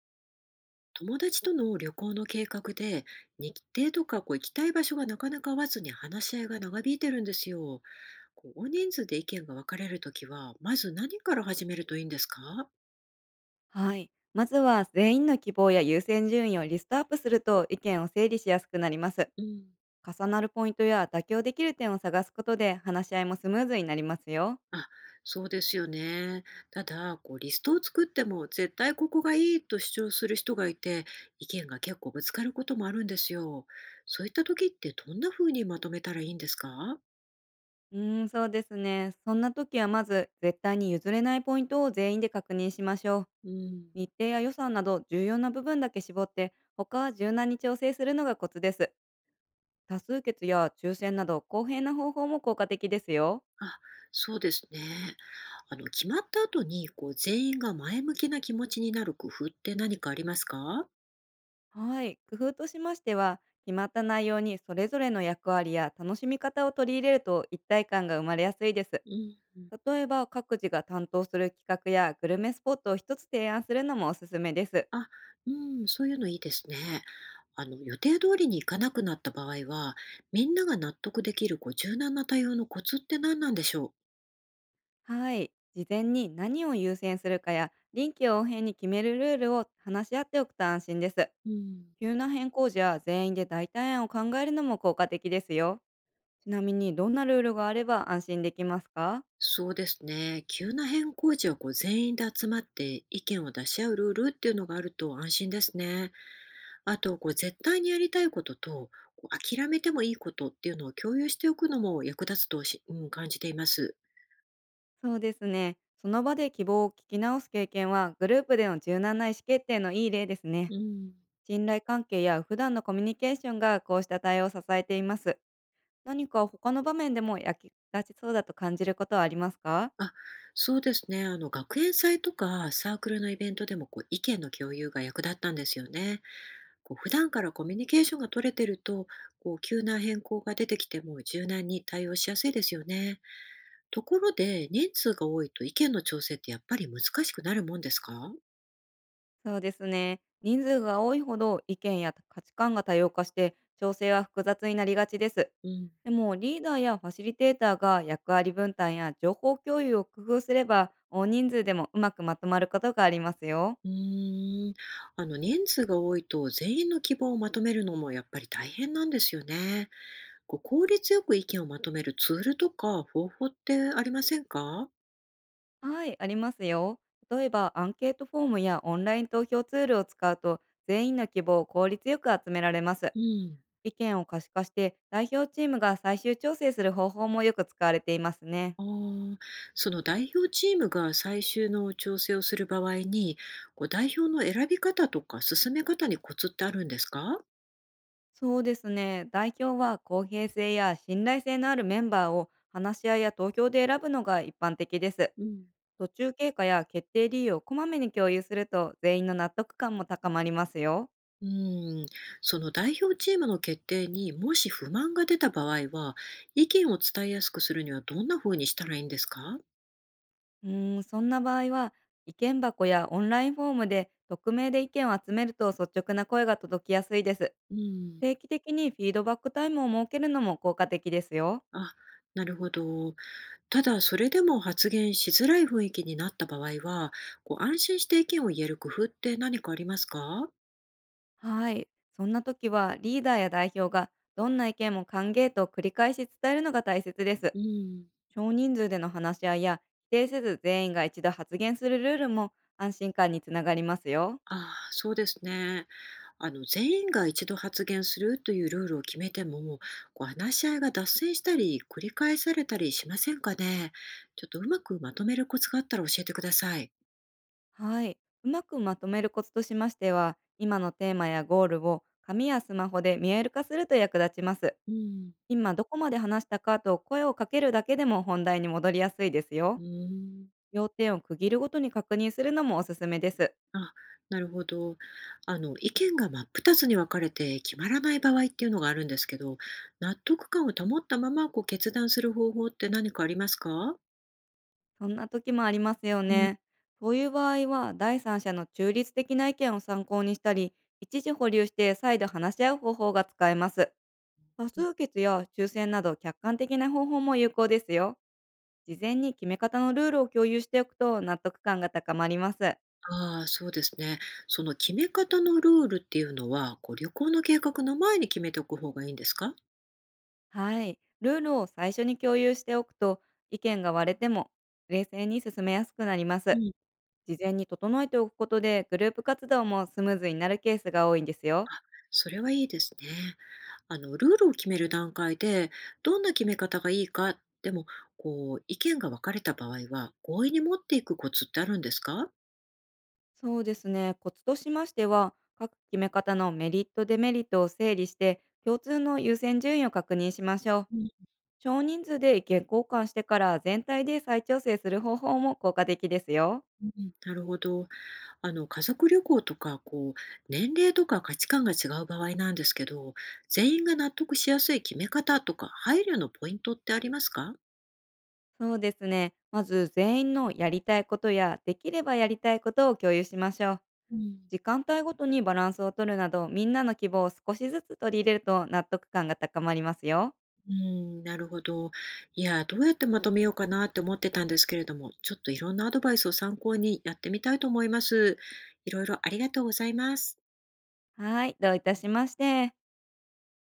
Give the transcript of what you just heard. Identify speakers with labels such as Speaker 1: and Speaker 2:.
Speaker 1: 友達との旅行の計画で日程とか行きたい場所がなかなか合わずに話し合いが長引いてるんですよ。大人数で意見が分かれるときは、まず何から始めるといいんですか？
Speaker 2: はい。まずは全員の希望や優先順位をリストアップすると意見を整理しやすくなります。
Speaker 1: うん。
Speaker 2: 重なるポイントや妥協できる点を探すことで話し合いもスムーズになりますよ。
Speaker 1: あ、そうですよね。ただ、リストを作っても絶対ここがいいと主張する人がいて、意見が結構ぶつかることもあるんですよ。そういった時って、どんな風にまとめたらいいんですか？
Speaker 2: うーん、そうですね。そんな時はまず絶対に譲れないポイントを全員で確認しましょう。
Speaker 1: うん。
Speaker 2: 日程や予算など重要な部分だけ絞って、他は柔軟に調整するのがコツです。多数決や抽選など公平な方法も効果的ですよ。
Speaker 1: あ、そうですね。あの、決まった後に、全員が前向きな気持ちになる工夫って何かありますか？
Speaker 2: はい、工夫としましては、決まった内容にそれぞれの役割や楽しみ方を取り入れると一体感が生まれやすいです。
Speaker 1: うん。
Speaker 2: 例えば、各自が担当する企画やグルメスポットを一つ提案するのもおすすめです。
Speaker 1: あ、うん、そういうのいいですね。あの、予定通りに行かなくなった場合は、みんなが納得できる、柔軟な対応のコツって何なんでしょう？
Speaker 2: はい、事前に何を優先するかや、臨機応変に決めるルールを話し合っておくと安心です。
Speaker 1: うん。
Speaker 2: 急な変更時は全員で代替案を考えるのも効果的ですよ。ちなみに、どんなルールがあれば安心できますか？
Speaker 1: そうですね。急な変更時は、全員で集まって意見を出し合うルールっていうのがあると安心ですね。あと、絶対にやりたいことと、諦めてもいいことっていうのを共有しておくのも役立つとし、うん、感じています。
Speaker 2: そうですね。その場で希望を聞き直す経験は、グループでの柔軟な意思決定のいい例ですね。
Speaker 1: うん。
Speaker 2: 信頼関係や普段のコミュニケーションがこうした対応を支えています。何か他の場面でも役立ちそうだと感じることはありますか？
Speaker 1: あ、そうですね。あの、学園祭とかサークルのイベントでも、意見の共有が役立ったんですよね。普段からコミュニケーションが取れてると、急な変更が出てきても柔軟に対応しやすいですよね。ところで、人数が多いと意見の調整ってやっぱり難しくなるもんですか？
Speaker 2: そうですね。人数が多いほど意見や価値観が多様化して、調整は複雑になりがちです。
Speaker 1: うん。
Speaker 2: でも、リーダーやファシリテーターが役割分担や情報共有を工夫すれば、大人数でもうまくまとまることがありますよ。
Speaker 1: うーん、あの、人数が多いと全員の希望をまとめるのもやっぱり大変なんですよね。効率よく意見をまとめるツールとか方法ってありませんか？
Speaker 2: はい、ありますよ。例えば、アンケートフォームやオンライン投票ツールを使うと、全員の希望を効率よく集められます。
Speaker 1: うん。
Speaker 2: 意見を可視化して、代表チームが最終調整する方法もよく使われていますね。
Speaker 1: あー、その代表チームが最終の調整をする場合に、代表の選び方とか進め方にコツってあるんですか？
Speaker 2: そうですね。代表は公平性や信頼性のあるメンバーを話し合いや投票で選ぶのが一般的です。
Speaker 1: うん、
Speaker 2: 途中経過や決定理由をこまめに共有すると、全員の納得感も高まりますよ。
Speaker 1: うん、その代表チームの決定にもし不満が出た場合は、意見を伝えやすくするにはどんな風にしたらいいんですか？
Speaker 2: うーん、そんな場合は、意見箱やオンラインフォームで匿名で意見を集めると率直な声が届きやすいです。
Speaker 1: うん。
Speaker 2: 定期的にフィードバックタイムを設けるのも効果的ですよ。
Speaker 1: あ、なるほど。ただ、それでも発言しづらい雰囲気になった場合は、安心して意見を言える工夫って何かありますか？
Speaker 2: はい。そんな時はリーダーや代表が、どんな意見も歓迎と繰り返し伝えるのが大切です。
Speaker 1: うん、
Speaker 2: 少人数での話し合いや、否定せず全員が一度発言するルールも安心感につながりますよ。
Speaker 1: ああ、そうですね。あの、全員が一度発言するというルールを決めても、話し合いが脱線したり、繰り返されたりしませんかね。ちょっとうまくまとめるコツがあったら教えてください。
Speaker 2: はい。うまくまとめるコツとしましては、今のテーマやゴールを紙やスマホで見える化すると役立ちます。
Speaker 1: うん。
Speaker 2: 今どこまで話したかと声をかけるだけでも本題に戻りやすいです
Speaker 1: う
Speaker 2: よ。
Speaker 1: ん。
Speaker 2: 要点を区切るごとに確認するのもおすすめです。
Speaker 1: あ、なるほど。あの、意見が真っ二つに分かれて決まらない場合っていうのがあるんですけど、納得感を保ったまま、決断する方法って何かありますか？
Speaker 2: そんな時もありますよ
Speaker 1: うん、
Speaker 2: ね。そういう場合は、第三者の中立的な意見を参考にしたり、一時保留して再度話し合う方法が使えます。多数決や抽選など客観的な方法も有効ですよ。事前に決め方のルールを共有しておくと納得感が高まります。
Speaker 1: ああ、そうですね。その決め方のルールっていうのは、旅行の計画の前に決めておく方がいいんですか？
Speaker 2: はい。ルールを最初に共有しておくと、意見が割れても冷静に進めやすくなりま
Speaker 1: う
Speaker 2: す。
Speaker 1: ん。
Speaker 2: 事前に整えておくことで、グループ活動もスムーズになるケースが多いんですよ。
Speaker 1: それはいいですね。あの、ルールを決める段階で、どんな決め方がいいか、でも、意見が分かれた場合は、合意に持っていくコツってあるんですか？
Speaker 2: そうですね。コツとしましては、各決め方のメリットデメリットを整理して共通の優先順位を確認しましょう。少人数で意見交換してから全体で再調整する方法も効果的ですよ。
Speaker 1: うん、なるほど。あの、家族旅行とか、年齢とか価値観が違う場合なんですけど、全員が納得しやすい決め方とか、配慮のポイントってありますか？
Speaker 2: そうですね。まず全員のやりたいことや、できればやりたいことを共有しましょう。
Speaker 1: うん、
Speaker 2: 時間帯ごとにバランスを取るなど、みんなの希望を少しずつ取り入れると納得感が高まりますよ。
Speaker 1: うん、なるほど。いや、どうやってまとめようかなって思ってたんですけれども、ちょっといろんなアドバイスを参考にやってみたいと思います。いろいろありがとうございます。
Speaker 2: はい、どういたしまして。